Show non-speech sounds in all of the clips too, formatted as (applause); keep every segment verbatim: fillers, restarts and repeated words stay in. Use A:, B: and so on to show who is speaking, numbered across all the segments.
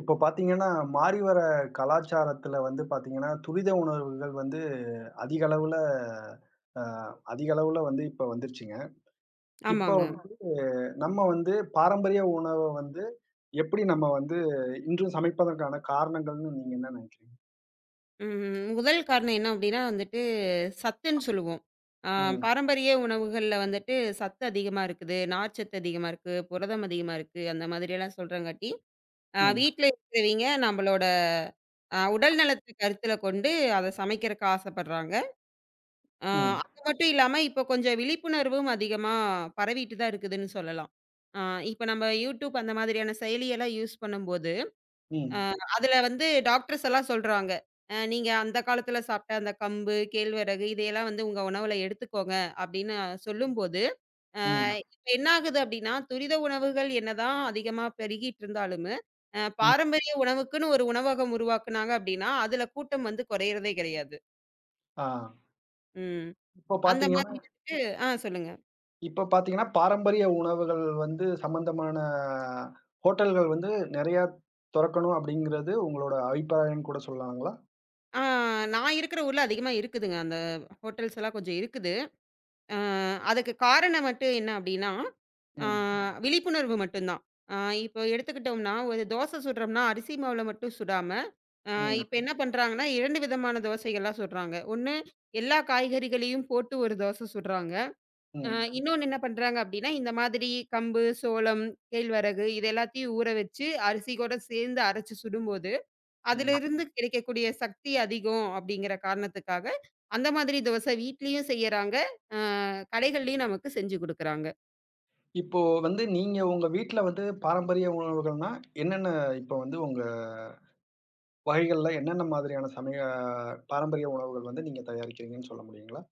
A: இப்ப பாத்தீங்கன்னா, மாறி வர கலாச்சாரத்துல வந்து பாத்தீங்கன்னா, துரித உணவுகள் வந்து அதிக அளவுல அ அதிக அளவுல வந்து இப்ப வந்துருச்சுங்க. இப்ப
B: ஆமாங்க.
A: வந்து நம்ம வந்து பாரம்பரிய உணவ வந்து எப்படி நம்ம வந்து இன்றும் சமைப்பதற்கான காரணங்கள்னு நீங்க என்ன நினைக்கிறீங்க?
B: ம். முதல் காரணம் என்ன அப்டின்னா வந்துட்டு, சத்துன்னு சொல்லுவோம். ஆ
A: ம்,
B: பாரம்பரிய உணவுகள்ல வந்துட்டு சத்து அதிகமா இருக்குது, நார்ச்சத்து அதிகமா இருக்கு, புரதம் அதிகமா இருக்கு, அந்த மாதிரியெல்லாம் சொல்றங்காட்டி, அ
A: ம்,
B: வீட்ல இருக்கிறவைங்க நம்மளோட அ உடல் நலத்த கருத்தில கொண்டு அத சமைக்கிறக்கு ஆசப்படுறாங்க. அ
A: ம்,
B: அது மட்டும் இல்லாம, இப்போ கொஞ்சம் விழிப்புணர்வும் அதிகமா பரவிட்டு தான் இருக்குதுன்னு சொல்லலாம். அ இப்ப நம்ம YouTube அந்த மாதிரியான செயலியெல்லாம் யூஸ் பண்ணும்போது அ
A: ம்,
B: அதுல வந்து டாக்டர்ஸ் எல்லாம் சொல்றாங்க. அ நீங்க அந்த காலத்துல சாப்பிட்ட அந்த கம்பு, கேழ்வரகு இதையெல்லாம் வந்து உங்க உணவுல எடுத்துக்கோங்க அப்படின்னு சொல்லும்போது, அ
A: ம்,
B: இப்ப என்ன ஆகுது அப்படின்னா, துரித உணவுகள் என்னதான் அதிகமா பெருகிட்டு இருந்தாலும், அ
A: ம்.
B: பாரம்பரிய உணவுக்குன்னு ஒரு உணவகம் உருவாக்குனாங்க அப்படின்னா, அதுல கூட்டம் வந்து குறையறதே கிடையாது.
A: ஆ
B: ம்.
A: இப்ப
B: அந்த
A: பாத்தீங்கன்னா
B: மாதிரி வந்துட்டு ஆ சொல்லுங்க.
A: இப்ப பாத்தீங்கன்னா, பாரம்பரிய உணவுகள் வந்து சம்பந்தமான ஹோட்டல்கள் வந்து நெறையா தொறக்கணும் அப்படிங்கிறது உங்களோட அபிப்பிராயம்னு கூட சொல்லலாங்களா?
B: ஆ நான் இருக்கிற ஊர்ல அதிகமா இருக்குதுங்க. அந்த ஹோட்டல்ஸ் எல்லாம் கொஞ்சம் இருக்குது. அ அதுக்கு காரணம் மட்டும் என்ன அப்படின்னா, அ
A: ம்.
B: விழிப்புணர்வு மட்டும்தான். அ இப்போ எடுத்துக்கிட்டோம்னா, ஒரு தோசை சுடுறோம்னா, அரிசி மாவுல மட்டும் சுடாம, அ
A: ம்,
B: இப்ப என்ன பண்றாங்கன்னா, இரண்டு விதமான தோசைகள்லாம் சுடுறாங்க. ஒண்ணு எல்லா காய்கறிகளையும் போட்டு ஒரு தோசை சுடுறாங்க. அ
A: ம்,
B: இன்னொன்னு என்ன பண்றாங்க அப்படின்னா, இந்த மாதிரி கம்பு, சோளம், கேழ்வரகு இது எல்லாத்தையும் ஊற வச்சு, அரிசி கூட சேர்ந்து அரைச்சு சுடும்போது
A: ம்.
B: அதிலிருந்து கிடைக்கக்கூடிய சக்தி அதிகம் அப்படிங்கிற காரணத்துக்காக, அந்த மாதிரி தோசை வீட்லயும் செய்யறாங்க. அ கடைகள்லயும் நமக்கு செஞ்சு குடுக்குறாங்க.
A: இப்போ வந்து நீங்க உங்க வீட்ல வந்து பாரம்பரிய உணவுகள்னா, என்னென்ன இப்போ வந்து உங்க வகைகள்ல என்னென்ன மாதிரியான சமய பாரம்பரிய உணவுகள் வந்து நீங்க தயாரிக்கிறீங்கன்னு சொல்ல முடியுங்களா?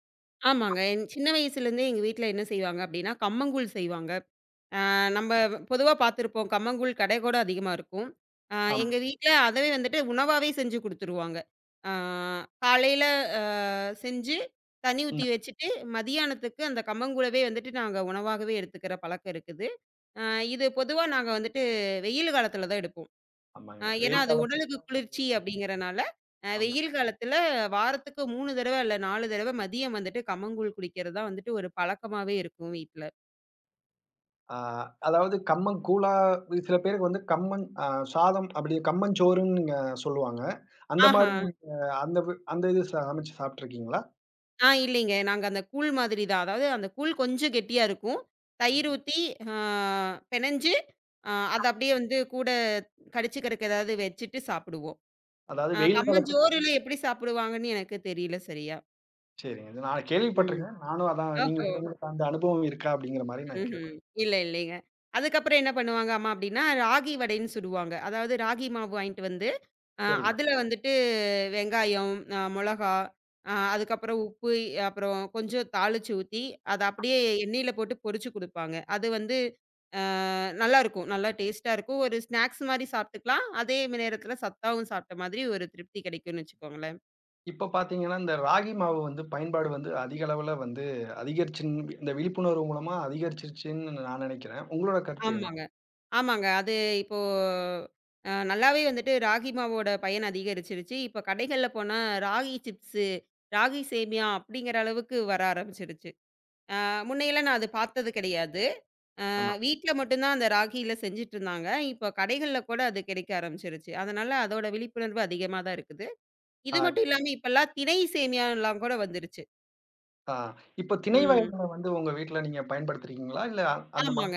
B: ஆமாங்க. என் சின்ன வயசுலேருந்தே எங்க வீட்ல என்ன செய்வாங்க அப்படின்னா, கம்மங்கூழ் செய்வாங்க. அ நம்ம பொதுவா பார்த்துருப்போம். கம்மங்கூழ் கடைக்கூட அதிகமா இருக்கும். அ
A: ஆமா.
B: எங்க வீட்ல அதவே வந்துட்டு உணவாவே செஞ்சு குடுத்துருவாங்க. அ காலையில அ செஞ்சு தண்ணி
A: ம்.
B: ஊத்தி வச்சுட்டு, மதியானத்துக்கு அந்த கம்மங்கூழவே வந்துட்டு நாங்க உணவாகவே எடுத்துக்கிற பழக்கம் இருக்குது. ஆ இது பொதுவா நாங்க வந்துட்டு வெயில் காலத்துல தான் எடுப்போம்.
A: ஆமாங்க.
B: அ ஏன்னா
A: வெயில்
B: அது
A: காலத்துல
B: உடலுக்கு குளிர்ச்சி அப்படிங்கிறனால, அ
A: ஆமா.
B: வெயில் காலத்துல வாரத்துக்கு மூணு தடவ இல்ல நாலு தடவ மதியம் வந்துட்டு கம்மங்கூழ் குடிக்கிறது தான் வந்துட்டு ஒரு பழக்கமாவே இருக்கும் வீட்ல.
A: ஆ அதாவது கம்மங்கூழா சில பேருக்கு வந்து கம்மன் அ சாதம் அப்படி கம்மஞ்சோறுன்னு நீங்க சொல்லுவாங்க. அந்த
B: ஆஹா.
A: மாரி அந்த வி அந்த இது ச- சமைச்சு சாப்பிட்டுருக்கீங்களா?
B: ஆ இல்லைங்க. நாங்க அந்த கூழ் மாதிரி தான். அதாவது அந்த கூழ் கொஞ்சம் கெட்டியா இருக்கும். தயிர்
A: ம்.
B: ஊத்தி, ஆ பெனஞ்சு, அ அத அப்படியே வந்து கூட கடிச்சுக்கிறதுக்கு ஏதாவது வச்சுட்டு சாப்பிடுவோம்.
A: அதாவது
B: அ
A: வெயில் காலத்துல
B: கம்மஞ்சோறுல எப்படி சாப்பிடுவாங்கன்னு எனக்கு தெரியல சரியா.
A: சரிங்க. இது நான்
B: ம்.
A: கேள்விப்பட்டுருக்கேன். நானும் அதான் நீங்க
B: ஓஹோ!
A: உங்களுக்கு அந்த அனுபவம் இருக்கா? அப்படிங்கிற மாரி நான்
B: ம்ஹ்ம்.
A: கேட்டேன்.
B: இல்ல, இல்லைங்க. அதுக்கப்புறம் என்ன பண்ணுவாங்க அம்மா அப்டின்னா, ராகி வடைன்னு சுடுவாங்க. அதாவது ராகி மாவு வாங்கிட்டு வந்து, அ
A: சரிங்க.
B: அதுல வந்துட்டு வெங்காயம், அ மொளகா, அ அதுக்கப்புறம் உப்பு, அப்புறம் கொஞ்சம் தாளிச்சு ஊத்தி, அத அப்படியே எண்ணெயில போட்டு பொரிச்சு குடுப்பாங்க. அது வந்து அ நல்லாருக்கும். நல்லா டேஸ்ட்டா இருக்கும். ஒரு ஸ்நாக்ஸ் மாரி சாப்ட்டுக்கலாம். அதே நேரத்தில சத்தாவும் சாப்ட்ட மாதிரி ஒரு திருப்தி கிடைக்கும்னு வச்சுக்கோங்களேன்.
A: இப்ப பார்த்தீங்கன்னா, இந்த ராகி மாவு வந்து பயன்பாடு வந்து அதிக அளவுல வந்து அதிகரிச்சுன் இந்த விழிப்புணர்வு மூலமா அதிகரிச்சிருச்சுன்னு நான் நினைக்கிறேன். உங்களோட கருத்து என்ன?
B: ஆமாங்க. ஆமாங்க. அது இப்போ அ நல்லாவே வந்துட்டு ராகி மாவோட பயன் அதிகரிச்சிருச்சு. இப்ப கடைகள்ல போனா ராகி சிப்ஸு, ராகி சேமியா அப்படிங்கிற அளவுக்கு வர ஆரம்பிச்சிருச்சு. அ முன்னையெல்லாம் நான் அது பார்த்தது கிடையாது. அ
A: ஆமா. ஆமா.
B: வீட்ல மட்டும் தான் அந்த ராகியில செஞ்சுட்டுருந்தாங்க. இப்போ கடைகள்ல கூட அது கிடைக்க ஆரம்பிச்சிருச்சு. அதனால அதோட விழிப்புணர்வு அதிகமா தான் இருக்குது. இது மட்டும் இல்லாம இப்பல்லாம் திணை சேமியாலாம் கூட வந்துருச்சு.
A: ஆ இப்ப திணை
B: ம்.
A: வகைகள வந்து உங்க வீட்ல நீங்க பயன்படுத்துறீங்களா? இல்ல அந்த மாதிரி
B: ஆமாங்க.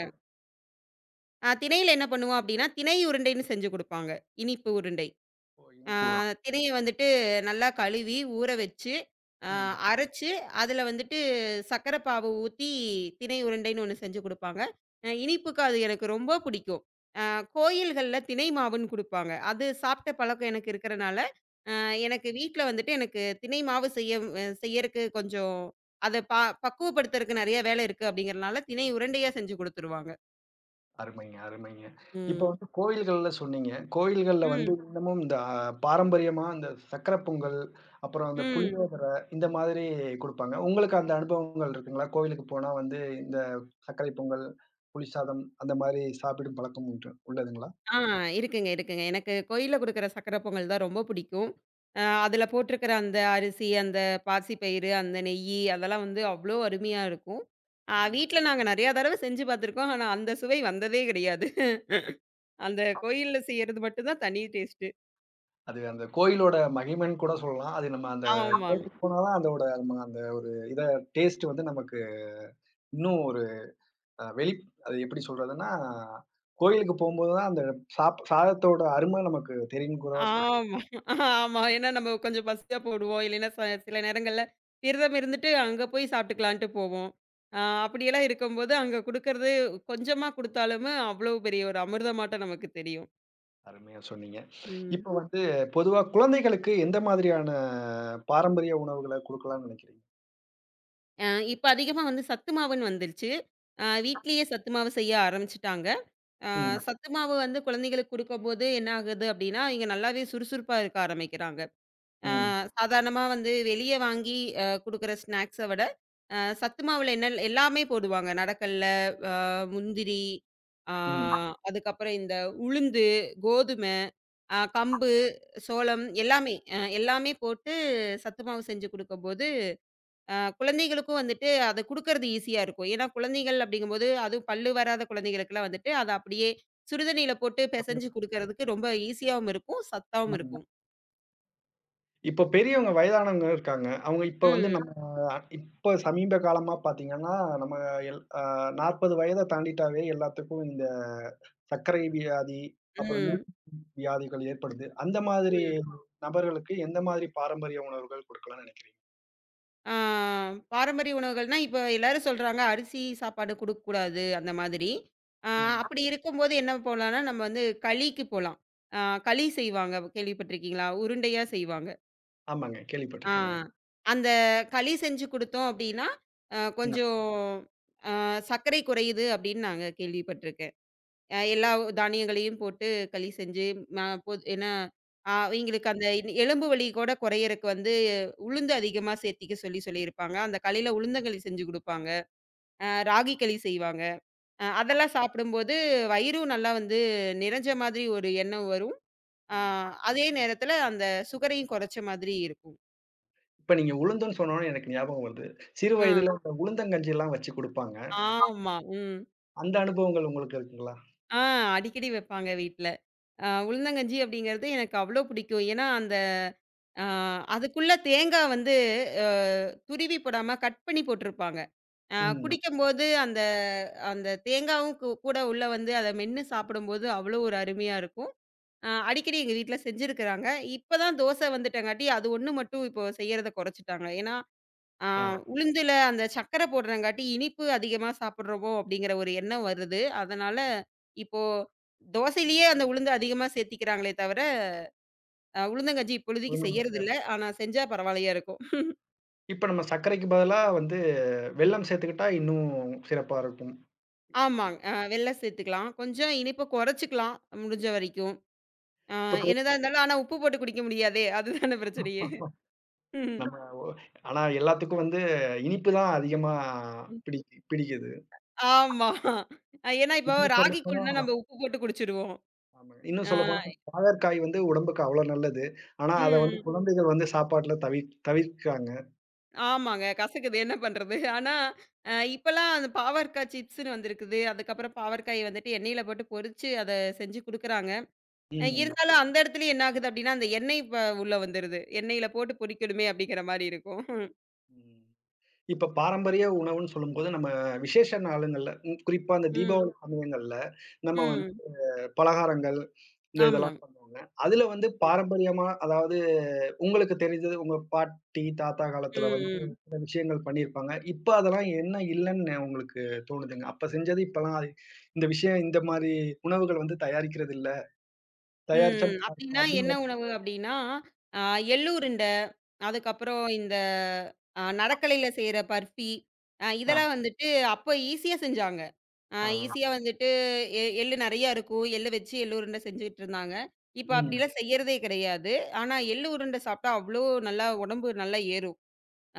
B: அ திணையில என்ன பண்ணுவோம் அப்படின்னா, திணை உருண்டைன்னு செஞ்சு குடுப்பாங்க. இனிப்பு உருண்டை.
A: இப்போ
B: ஆ,
A: இனிப்பு உரம்?
B: தினைய வந்துட்டு நல்லா கழுவி, ஊற வச்சு, ஆ
A: ம்.
B: அரைச்சு, அதில வந்துட்டு சர்க்கரை பாவு ஊத்தி, திணை உருண்டைன்னு ஒண்ணு செஞ்சு குடுப்பாங்க. அ இனிப்புக்கு அது எனக்கு ரொம்ப பிடிக்கும். அ கோயில்கள்ல திணை மாவுன்னு குடுப்பாங்க. அது சாப்பிட்ட பழக்கம் எனக்கு இருக்கிறனால, அ எனக்கு வீட்ல வந்துட்டு எனக்கு திணை மாவு செய்ய அ செய்யறக்கு கொஞ்சம் அத ப பக்குவப்படுத்துறக்கு நெறைய வேலை இருக்கு அப்படிங்கிறனால, திணை உருண்டையா செஞ்சு குடுத்துருவாங்க.
A: அருமைங்க, அருமைங்க. இப்ப
B: ம்.
A: வந்து கோயில்கள்ல சொன்னீங்க. கோயில்கள்ல வந்து
B: ம்,
A: இன்னமும் இந்த அ பாரம்பரியமா இந்த சக்கரை பொங்கல், அப்புறம் அந்த
B: ம்.
A: புளியோதரை இந்த மாதிரி குடுப்பாங்க. உங்களுக்கு அந்த அனுபவங்கள் இருக்குங்களா? கோவிலுக்கு போனா வந்து இந்த சர்க்கரை பொங்கல், புளி சாதம் அந்த மாரி சாப்பிடும் பழக்கம் உண்டு உள்ளதுங்களா?
B: ஆ இருக்குங்க, இருக்குங்க. எனக்கு கோயில்ல குடுக்குற சர்க்கரை பொங்கல் தான் ரொம்ப பிடிக்கும். அ அதில போட்டிருக்கிற அந்த அரிசி, அந்த பாசிப்பயிறு, அந்த நெய்யி அதெல்லாம் வந்து அவ்ளோ அருமையா இருக்கும். அ
A: ம்.
B: வீட்ல நாங்க நெறையா தடவ செஞ்சு பார்த்துருக்கோம். ஆனா, அந்த சுவை வந்ததே கிடையாது. அந்த கோயில்ல செய்றது மட்டும் தான் தனி டேஸ்ட்டு.
A: அது அந்த கோயிலோட மகிமைன்னு கூட சொல்லலாம். அது நம்ம அந்த
B: ஆமாங்க.
A: கோயிலுக்கு போனா தான் அதோட நம்ம அந்த ஒரு இத டேஸ்ட் வந்து நமக்கு இன்னும் ஒரு அ வெளி அது எப்படி சொல்றதுன்னா, கோயிலுக்கு போம்போது தான் அந்த சாப் சாதத்தோட அரும நமக்கு தெரியும்னு கூட சொல்லலாம்.
B: ஆமா, ஆமா. ஏன்னா நம்ம கொஞ்சம் பசியா போடுவோம். இல்லைன்னா ச சில நேரங்கள்ல விரதம் இருந்துட்டு அங்க போய் சாப்பிட்டுக்கலான்ட்டு போவோம். அ அப்படியெல்லாம் இருக்கும்போது அங்க குடுக்கறது கொஞ்சமா குடுத்தாலுமே அவ்வளோ பெரிய ஒரு அமிர்தமாட்டம் நமக்கு தெரியும்.
A: அருமையா சொன்னீங்க.
B: ம்.
A: இப்ப வந்து பொதுவா குழந்தைகளுக்கு எந்த மாதிரியான பாரம்பரிய உணவுகள குடுக்கலாம்னு நினைக்கிறீங்க?
B: அ இப்ப அதிகமா வந்து சத்து மாவுன்னு வந்துருச்சு. அ வீட்லயே சத்து மாவு செய்ய ஆரம்பிச்சுட்டாங்க. அ
A: ம்,
B: சத்து மாவு வந்து குழந்தைகளுக்கு குடுக்கும்போது என்ன ஆகுது அப்படின்னா, இங்க நல்லாவே சுறுசுறுப்பா இருக்க ஆரம்பிக்கிறாங்க. ஆ
A: ம்,
B: சாதாரணமா வந்து வெளிய வாங்கி அ குடுக்குற ஸ்நாக்ஸ விட, அ சத்து மாவுல என்ன எல்லாமே போடுவாங்க. நடக்கல்ல, முந்திரி, ஆ
A: ம்.
B: அதுக்கப்புறம் இந்த உளுந்து, கோதுமை, அ கம்பு, சோளம் எல்லாமே அ எல்லாமே போட்டு சத்து மாவு செஞ்சு குடுக்கும்போது, அ குழந்தைகளுக்கும் வந்துட்டு அத குடுக்கறது ஈஸியா இருக்கும். ஏன்னா குழந்தைகள் அப்படிங்கும்போது, அதுவும் பல்லு வராத குழந்தைகளுக்கெல்லாம் வந்துட்டு அத அப்படியே சுடுதண்ணீல போட்டு பெசஞ்சு
A: அப்படி-
B: குடுக்கறதுக்கு ரொம்ப ஈஸியாவும் இருக்கும், சத்தாவும்
A: ம்.
B: இருக்கும்.
A: இப்ப பெரியவங்க வயதானவங்க இருக்காங்க. அவங்க இப்ப வந்து
B: ம்,
A: நம்ம இப்ப சமீப காலமா பார்த்தீங்கன்னா, நம்ம எல் அ நாற்பது வயத தாண்டிட்டாவே எல்லாத்துக்கும் இந்த சர்க்கரை வியாதி, அப்புறம்
B: ம்,
A: வியாதிகள் ஏற்படுது. அந்த மாதிரி
B: ம்.
A: நபர்களுக்கு எந்த மாதிரி பாரம்பரிய உணவுகள் கொடுக்கலாம்ன்னு நினைக்கிறீங்க?
B: ஆ பாரம்பரிய உணவுகள்னா, இப்ப எல்லாரும் சொல்றாங்க, அரிசி சாப்பாடு குடுக்கக்கூடாது அந்த மாதிரி. ஆ
A: ம்.
B: அப்படி இருக்கும்போது என்ன போலான்னா, நம்ம வந்து களிக்கு போலாம். ஆ களி செய்வாங்க கேள்விப்பட்டிருக்கீங்களா? உருண்டையா செய்வாங்க.
A: ஆமாங்க.
B: ஆ
A: கேள்விப்பட்டுருக்கேங்க.
B: அந்த களி செஞ்சு குடுத்தோம் அப்படின்னா, அ
A: ம்.
B: கொஞ்சம் அ சர்க்கரை குறையுது அப்படின்னு நாங்க கேள்விப்பட்டிருக்கேன். அ எல்லா தானியங்களையும் போட்டு களி செஞ்சு, ம பொ ஏன்னா அ அவங்களுக்கு அந்த இன்- எலும்பு வலி கூட குறையறக்கு வந்து உளுந்து அதிகமா சேர்த்திக்க சொல்லி சொல்லியிருப்பாங்க. அந்த களியில உளுந்தங்களி செஞ்சு குடுப்பாங்க. அ ராகி களி செய்வாங்க. அ அதெல்லாம் சாப்பிடும்போது வயிறும் நல்லா வந்து நிறைஞ்ச மாதிரி ஒரு எண்ணம் வரும். அ
A: ம்.
B: அதே நேரத்தில அந்த சுகரையும் குறைச்ச மாதிரி இருக்கும்.
A: இப்ப நீங்க உளுந்துன்னு சொன்னோனே எனக்கு ஞாபகம் வருது. சிறு
B: அ
A: வயதில இந்த உளுந்தங்கஞ்சிலாம் வச்சு குடுப்பாங்க.
B: ஆமா. ம்.
A: அந்த அனுபவங்கள் உங்களுக்கு இருக்குங்களா?
B: ஆ அடிக்கடி வைப்பாங்க வீட்ல. அ உளுந்தங்கஞ்சி அப்படிங்கிறது எனக்கு அவ்ளோ பிடிக்கும். ஏன்னா, ஆ அதுக்குள்ள தேங்கா வந்து அ துருவி போடாம கட் பண்ணி போட்டிருப்பாங்க. அ
A: ம்.
B: குடிக்கும்போது அந்த அந்த தேங்காவும் கூ கூட உள்ள வந்து அத மென்னு சாப்பிடும்போது அவ்வளோ ஒரு அருமையா இருக்கும். அ அடிக்கடி எங்க வீட்ல செஞ்சிருக்கிறாங்க. இப்ப தான் தோசை வந்துட்டங்காட்டி அது ஒண்ணு மட்டும் இப்போ செய்யறத குறைச்சுட்டாங்க. ஏன்னா, அ
A: ஆ.
B: உளுந்துல அந்த சர்க்கரை போடுறங்காட்டி இனிப்பு அதிகமா சாப்பிடுறோமோ அப்படிங்கிற ஒரு எண்ணம் வருது. அதனால இப்போ தோசையிலேயே அந்த உளுந்து அதிகமா சேர்த்திக்கிறாங்களே தவிர அ உளுந்தங்கஞ்சி இப்பொழுதைக்கு
A: உளுந்தங்கஞ்சியா
B: செய்யறதில்ல. ஆனா செஞ்சா பரவால்லையா இருக்கும்.
A: இப்ப நம்ம சர்க்கரைக்கு பதிலா வந்து வெல்லம் சேர்த்துக்கிட்டா இன்னும் சிறப்பா இருக்கும்.
B: ஆமாங்க. அ வெல்லம் சேர்த்துக்கலாம். கொஞ்சம் இனிப்ப குறைச்சுக்கலாம் முடிஞ்ச வரைக்கும். அ
A: இப்ப கு-
B: என்னதான் இருந்தாலும் ஆனா உப்பு போட்டு குடிக்க முடியாதே! அதுதானே பிரச்சனையே! ம்.
A: ஆனா எல்லாத்துக்கும் வந்து இனிப்பு தான் அதிகமா பிடி பிடிக்குது.
B: ஆமா. அ ஏன்னா இப்போ
A: இன்னும்
B: ராகி
A: சொல்லப்போனா
B: கூழ்னா நம்ம உப்பு போட்டு குடிச்சுருவோம்.
A: ஆமாங்க. இன்னும்
B: அ
A: சொல்லப்போனா வாழற்காய் வந்து உடம்புக்கு அவ்ளோ நல்லது. ஆனா அத வந்து
B: ம்.
A: குழந்தைகள் வந்து சாப்பாட்டுல தவி தவிர்க்கிறாங்க.
B: ஆமாங்க. கசக்குது என்ன பண்றது? ஆனா அ இப்பலாம் அந்த பாவற்காய் சிப்ஸ்ன்னு வந்திருக்குது. அதுக்கப்புறம் பாவற்காய வந்துட்டு எண்ணெயில போட்டு பொரிச்சு அத செஞ்சு குடுக்குறாங்க. அ
A: ம்.
B: இருந்தாலும் அந்த இடத்துலயும் என்ன ஆகுது அப்டின்னா, அந்த எண்ணெய் ப உள்ள வந்துருது. எண்ணெயில போட்டு பொரிக்கணுமே அப்டிங்கிற மாரி இருக்கும்.
A: ம். இப்ப பாரம்பரிய உணவுன்னு சொல்லும்போது, நம்ம விசேஷ நாளுங்கள்ல, ம் குறிப்பா அந்த
B: ம்,
A: தீபாவளி சமயங்கள்ல, நம்ம வந்து
B: ம்.
A: பலகாரங்கள், இந்த இதெல்லாம்
B: ஆமாங்க.
A: பண்ணுவாங்க. அதுல வந்து பாரம்பரியமா, அதாவது உங்களுக்கு தெரிஞ்சது உங்க பாட்டி, தாத்தா காலத்துல வந்து
B: ம், ம்.
A: சில விஷயங்கள் பண்ணியிருப்பாங்க. இப்ப அதெல்லாம் என்ன இல்லன்னு உங்களுக்கு தோணுதுங்க? அப்ப செஞ்சது இப்பலாம் இந்த விஷயம் இந்த மாரி உணவுகள் வந்து தயாரிக்கிறது இல்ல. தயாரிச்சா
B: ம்.
A: நல்லாருக்கும்
B: அப்டின்னா என்ன
A: அப்படிங்கிற
B: உணவு அப்டின்னா, அ எள்ளு உருண்ட, அதுக்கப்புறம் இந்த அ நடக்கலையில செய்ற பர்ஃபி, அ
A: ஆ,
B: இதெல்லாம் வந்துட்டு அப்ப ஈஸியா செஞ்சாங்க. அ
A: ஆ.
B: ஈஸியா வந்துட்டு எ எள்ளு நெறையா இருக்கும். எள்ளு வச்சு எள்ளு உருண்ட செஞ்சுகிட்டு இருந்தாங்க. இப்ப
A: ம்,
B: அப்டிலாம் செய்யறதே கிடையாது. ஆனா எள்ளு உருண்ட சாப்ட்டா அவ்ளோ நல்லா உடம்பு நல்லா ஏறும்.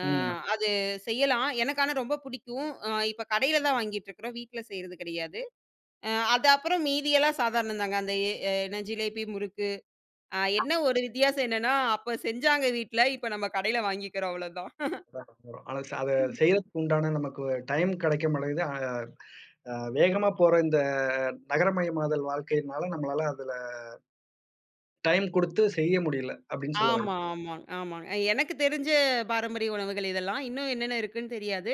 B: அ
A: ம்.
B: அது செய்யலாம். எனக்கு ஆனா ரொம்ப பிடிக்கும். அ இப்ப கடையில தான் வாங்கிட்டு இருக்கிறோம். வீட்ல செய்றது கிடையாது. அ அது அப்புறம் மீதியெல்லாம் சாதாரணம் தாங்க. அந்த எ எ- என்ன ஜிலேபி, முறுக்கு அ என்ன ஒரு வித்தியாசம் என்னன்னா, அப்ப செஞ்சாங்க வீட்ல. இப்ப நம்ம கடையில வாங்கிக்கிறோம் அவ்வளோதான்.
A: வரும், வரும். ஆனா ச அத செய்யறதுக்கு உண்டான நமக்கு டைம் கிடைக்க மாட்டேங்குது. அ அ வேகமா போற இந்த நகரமயமாதல் வாழ்க்கையினால நம்மளால அதுல டைம் குடுத்து செய்ய முடியல அப்படின்னு சொல்ல வர்றீங்க.
B: ஆமா, ஆமாங்க, ஆமாங்க. அஹ் எனக்கு தெரிஞ்ச பாரம்பரிய உணவுகள் இதெல்லாம். இன்னும் என்னென்ன இருக்குன்னு தெரியாது.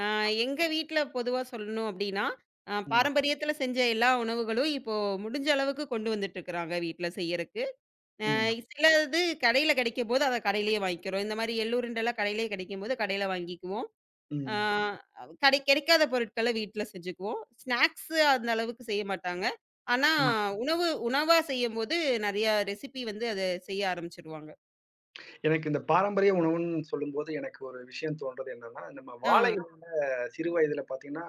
B: அ எங்க வீட்ல பொதுவா சொல்லணும் அப்படின்னா, அ
A: ம்,
B: பாரம்பரியத்துல செஞ்ச எல்லா உணவுகளும் இப்போ முடிஞ்ச அளவுக்கு கொண்டு வந்துட்டு இருக்கிறாங்க வீட்ல செய்யறக்கு. அ
A: ம்,
B: சிலது கடையில கிடைக்கும்போது, அத கடையிலேயே வாங்கிக்கிறோம். இந்த மாரி எள்ளு உருண்டைலாம் கடையிலேயே கிடைக்கும்போது, கடையில வாங்கிக்குவோம். ஆ
A: ம்,
B: கடை கிடைக்காத பொருட்கள வீட்ல செஞ்சுக்குவோம். ஸ்நாக்ஸு அந்த அளவுக்கு செய்ய மாட்டாங்க. ஆனா,
A: ம்.
B: உணவு உணவா செய்யும்போது நெறைய ரெசிபி வந்து அத செய்ய ஆரம்பிச்சுருவாங்க.
A: எனக்கு இந்த பாரம்பரிய உணவுன்னு சொல்லும்போது எனக்கு ஒரு விஷயம் தோன்றது என்னன்னா, நம்ம
B: ஆ.
A: வாழை இல சிறு வயதில பார்த்தீங்கன்னா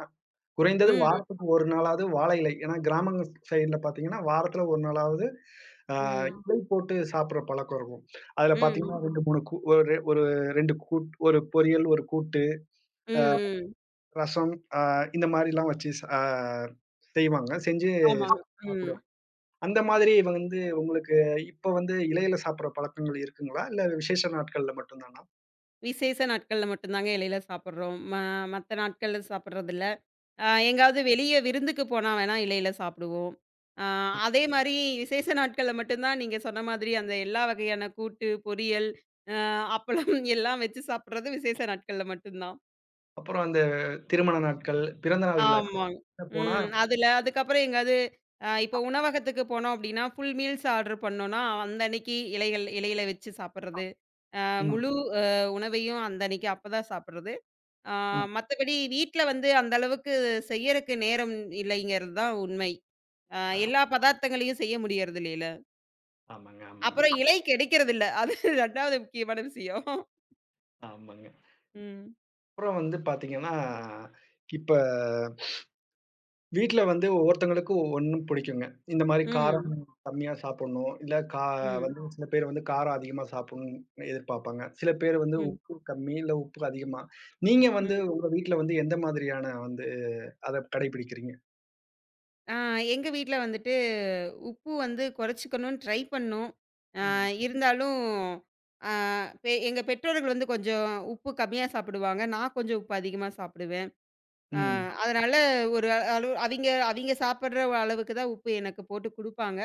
A: குறைந்தது
B: ம்,
A: வாரத்துக்கு ஒரு நாளாவது வாழை இலை. ஏன்னா கிராமங்க சைடுல பார்த்தீங்கன்னா, வாரத்துல ஒரு நாளாவது ஆ
B: ம்,
A: இலை போட்டு சாப்பிடுற பழக்கம் இருக்கும். அதுல
B: ம்,
A: பார்த்தீங்கன்னா
B: ம்,
A: ரெண்டு, மூணு கூ ஒரு ஒரு ரெண்டு கூட் ஒரு பொரியல், ஒரு கூட்டு, அ
B: ம்.
A: ரசம் அ இந்த மாரிலாம் வச்சு ச ஆ செய்வாங்க. செஞ்சு
B: ஆமாங்க. ம்.
A: சாப்பிடுவாங்க. அந்த மாதிரி இவங்க வந்து உங்களுக்கு இப்ப வந்து இலையில சாப்பிடுற பழக்கங்கள் இருக்குங்களா? இல்ல விசேஷ நாட்கள்ல மட்டும் தானா?
B: விசேஷ நாட்கள்ல மட்டும் தாங்க இலையில சாப்பிடுறோம். ம மத்த நாட்கள்ல சாப்பிடுறதில்ல. அ எங்காவது வெளிய விருந்துக்கு போனா வேணா இலையில சாப்பிடுவோம். அ அதே மாரி விசேஷ நாட்கள்ல மட்டும் தான் நீங்க சொன்ன மாதிரி அந்த எல்லா வகையான கூட்டு, பொரியல், அ அப்பளம் (laughs) எல்லாம் வச்சு சாப்பிடுறது விசேஷ நாட்கள்ல மட்டும் தான்.
A: அப்புறம் அந்த திருமண நாட்கள், பிறந்தநாள்
B: ஆமாங்க.
A: விழாக்கள் போனா
B: ம். அதுல அதுக்கப்புறம் எங்காவது அ இப்போ உணவகத்துக்கு போனோம் அப்டின்னா, ஃபுல் மீல்ஸ் ஆர்டர் பண்ணோம்னா, அந்த அன்னைக்கு இலைகள் இலையில வச்சு சாப்பிடுறது. அ
A: ம்,
B: முழு உணவையும் அந்த அன்னைக்கு அப்பதான் சாப்பிடுறது. அ
A: ம்.
B: மத்தபடி வீட்ல வந்து அந்த அளவுக்கு செய்யறக்கு நேரம் இல்லைங்கிறது தான் உண்மை. ஆ
A: ஆ
B: எல்லா பதார்த்தங்களையும் செய்ய முடியறது இல்லைல.
A: ஆமாங்க, ஆமாங்க,
B: அப்புறம் இலை கிடைக்கிறதில்ல. அது (laughs) இரண்டாவது முக்கியமான விஷயம்.
A: ஆமாங்க.
B: ம்.
A: அப்புறம் வந்து பார்த்தீங்கன்னா, இப்ப வீட்ல வந்து ஒவ்வொருத்தவங்களுக்கு ஒவ்வொன்னும் பிடிக்குங்க. இந்த மாரி
B: ம்.
A: காரம் கம்மியா சாப்பிடணும். இல்ல கா
B: ம்.
A: வந்து சில பேர் வந்து காரம் அதிகமா சாப்பிடணும்னு எதிர்பார்ப்பாங்க. சில பேர் வந்து
B: ம்.
A: உப்பு கம்மி, இல்ல உப்பு அதிகமா. நீங்க வந்து
B: ம்.
A: உங்க வீட்ல வந்து எந்த மாதிரியான வந்து அத கடைபிடிக்கிறீங்க?
B: ஆ எங்க வீட்ல வந்துட்டு உப்பு வந்து குறைச்சுக்கணும்னு ட்ரை பண்ணோம். அ
A: ம்.
B: இருந்தாலும் ஆ பெ எங்க பெற்றோர்கள் வந்து கொஞ்சம் உப்பு கம்மியா சாப்பிடுவாங்க. நான் கொஞ்சம் உப்பு அதிகமா சாப்பிடுவேன். ஆ
A: ம்.
B: அதனால ஒரு அளவு அவிங்க அவிங்க சாப்பிடுற அளவுக்கு தான் உப்பு எனக்கு போட்டு குடுப்பாங்க.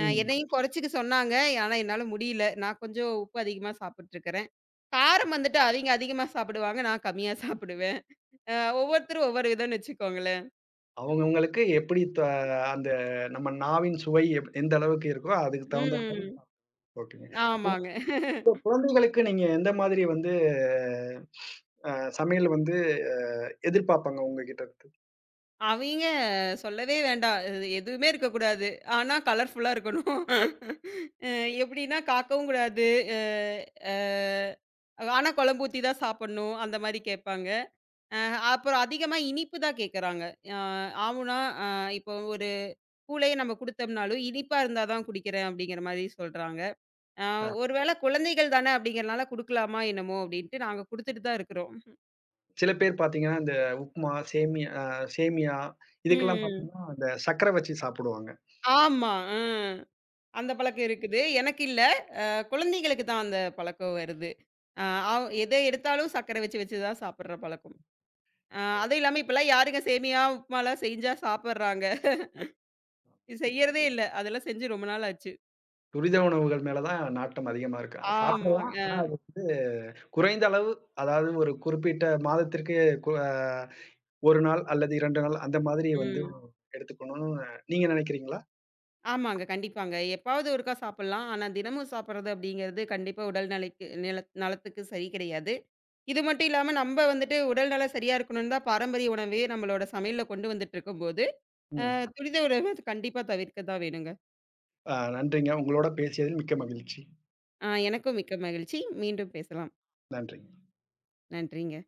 B: அ என்னையும் குறைச்சுக்க சொன்னாங்க. ஆனா என்னால முடியல. நான் கொஞ்சம் உப்பு அதிகமா சாப்பிட்டுருக்கேன். காரம் வந்துட்டு அவிங்க அதிகமா சாப்பிடுவாங்க. நான் கம்மியா சாப்பிடுவேன். அ ஒவ்வொருத்தரும் ஒவ்வொரு விதம்ன்னு வச்சுக்கோங்களேன்.
A: அவங்கவங்களுக்கு எப்படி த அந்த நம்ம நாவின் சுவை எப் எந்த அளவுக்கு இருக்கோ, அதுக்கு தகுந்த மாரி
B: ம்.
A: ஓகே.
B: ஆமாங்க.
A: குழந்தைகளுக்கு நீங்க எந்த மாதிரி வந்து அ சமையல் வந்து அ எதிர்பார்ப்பாங்க உங்ககிட்ட இருந்து?
B: அவிங்க சொல்லவே வேண்டாம். அது எதுவுமே இருக்கக்கூடாது. ஆனா கலர்ஃபுல்லா இருக்கணும். அ எப்படின்னா காக்கவும் கூடாது. அ அ ஆனா குழம்பு ஊத்தி தான் சாப்பிடணும். அந்த மாரி கேட்பாங்க. அ அப்புறம் அதிகமா இனிப்பு தான் கேட்கறாங்க. அ ஆவுன்னா, அ இப்போ ஒரு கூழே நம்ம குடுத்தோம்னாலும், இனிப்பா இருந்தா தான் குடிக்கிறேன் அப்படிங்கிற மாரி சொல்றாங்க. ஆ
A: ஆ.
B: ஒரு வேள குழந்தைகள் தானே அப்படிங்கிறனால குடுக்கலாமா என்னமோ அப்படின்ட்டு நாங்க குடுத்துட்டு தான் இருக்கிறோம்.
A: சில பேர் பார்த்தீங்கன்னா, இந்த உப்புமா, சேமியா அ சேமியா இதுக்கெல்லாம்
B: ம்.
A: பார்த்தீங்கன்னா, அந்த சர்க்கரை வச்சு சாப்பிடுவாங்க.
B: ஆமா. அ. அந்த பழக்கம் இருக்குது. எனக்கு இல்ல. அஹ் குழந்தைகளுக்கு தான் அந்த பழக்கம் வருது. அ அவ் எத எடுத்தாலும் சர்க்கரை வச்சு வச்சு தான் சாப்பிடுற பழக்கம். அ
A: சரி.
B: அதுவும் இல்லாம இப்பலாம் யாருங்க சேமியா, உப்புமாலாம் செஞ்சா சாப்பிடுறாங்க. செய்யறதே இல்ல. அதெல்லாம் செஞ்சு ரொம்ப நாள் ஆச்சு.
A: துரித உணவுகள் மேல தான் நாட்டம் அதிகமா இருக்கு. ஆ. சாப்பிடலாம்.
B: ஆமாங்க.
A: ஆனா, அது குறைந்த அளவு அதாவது ஒரு குறிப்பிட்ட மாதத்திற்கு கு அ ஒரு நாள் அல்லது இரண்டு நாள் அந்த மாதிரி வந்து
B: ம்.
A: எடுத்துக்கணும்னு நீங்க நினைக்கிறீங்களா?
B: ஆமாங்க. கண்டிப்பாங்க. எப்பாவது ஒருக்கா சாப்பிடலாம். ஆனா தினமும் சாப்பிடுறது அப்படிங்கிறது கண்டிப்பா உடல் நிலைக்கு நில நலத்துக்கு சரி கிடையாது. இது மட்டும் இல்லாம, நம்ப வந்துட்டு உடல் நலம் சரியா இருக்கணும்னு தான் பாரம்பரிய உணவே நம்மளோட சமையல்ல கொண்டு வந்துட்டு இருக்கும்போது, அ
A: ம்.
B: துரித உணவ கண்டிப்பா தவிர்க்க தான் வேணுங்க.
A: அ நன்றிங்க. உங்களோட பேசியதில் மிக்க மகிழ்ச்சி.
B: அ எனக்கும் மிக்க மகிழ்ச்சி. மீண்டும் பேசலாம்.
A: நன்றி.
B: நன்றிங்க.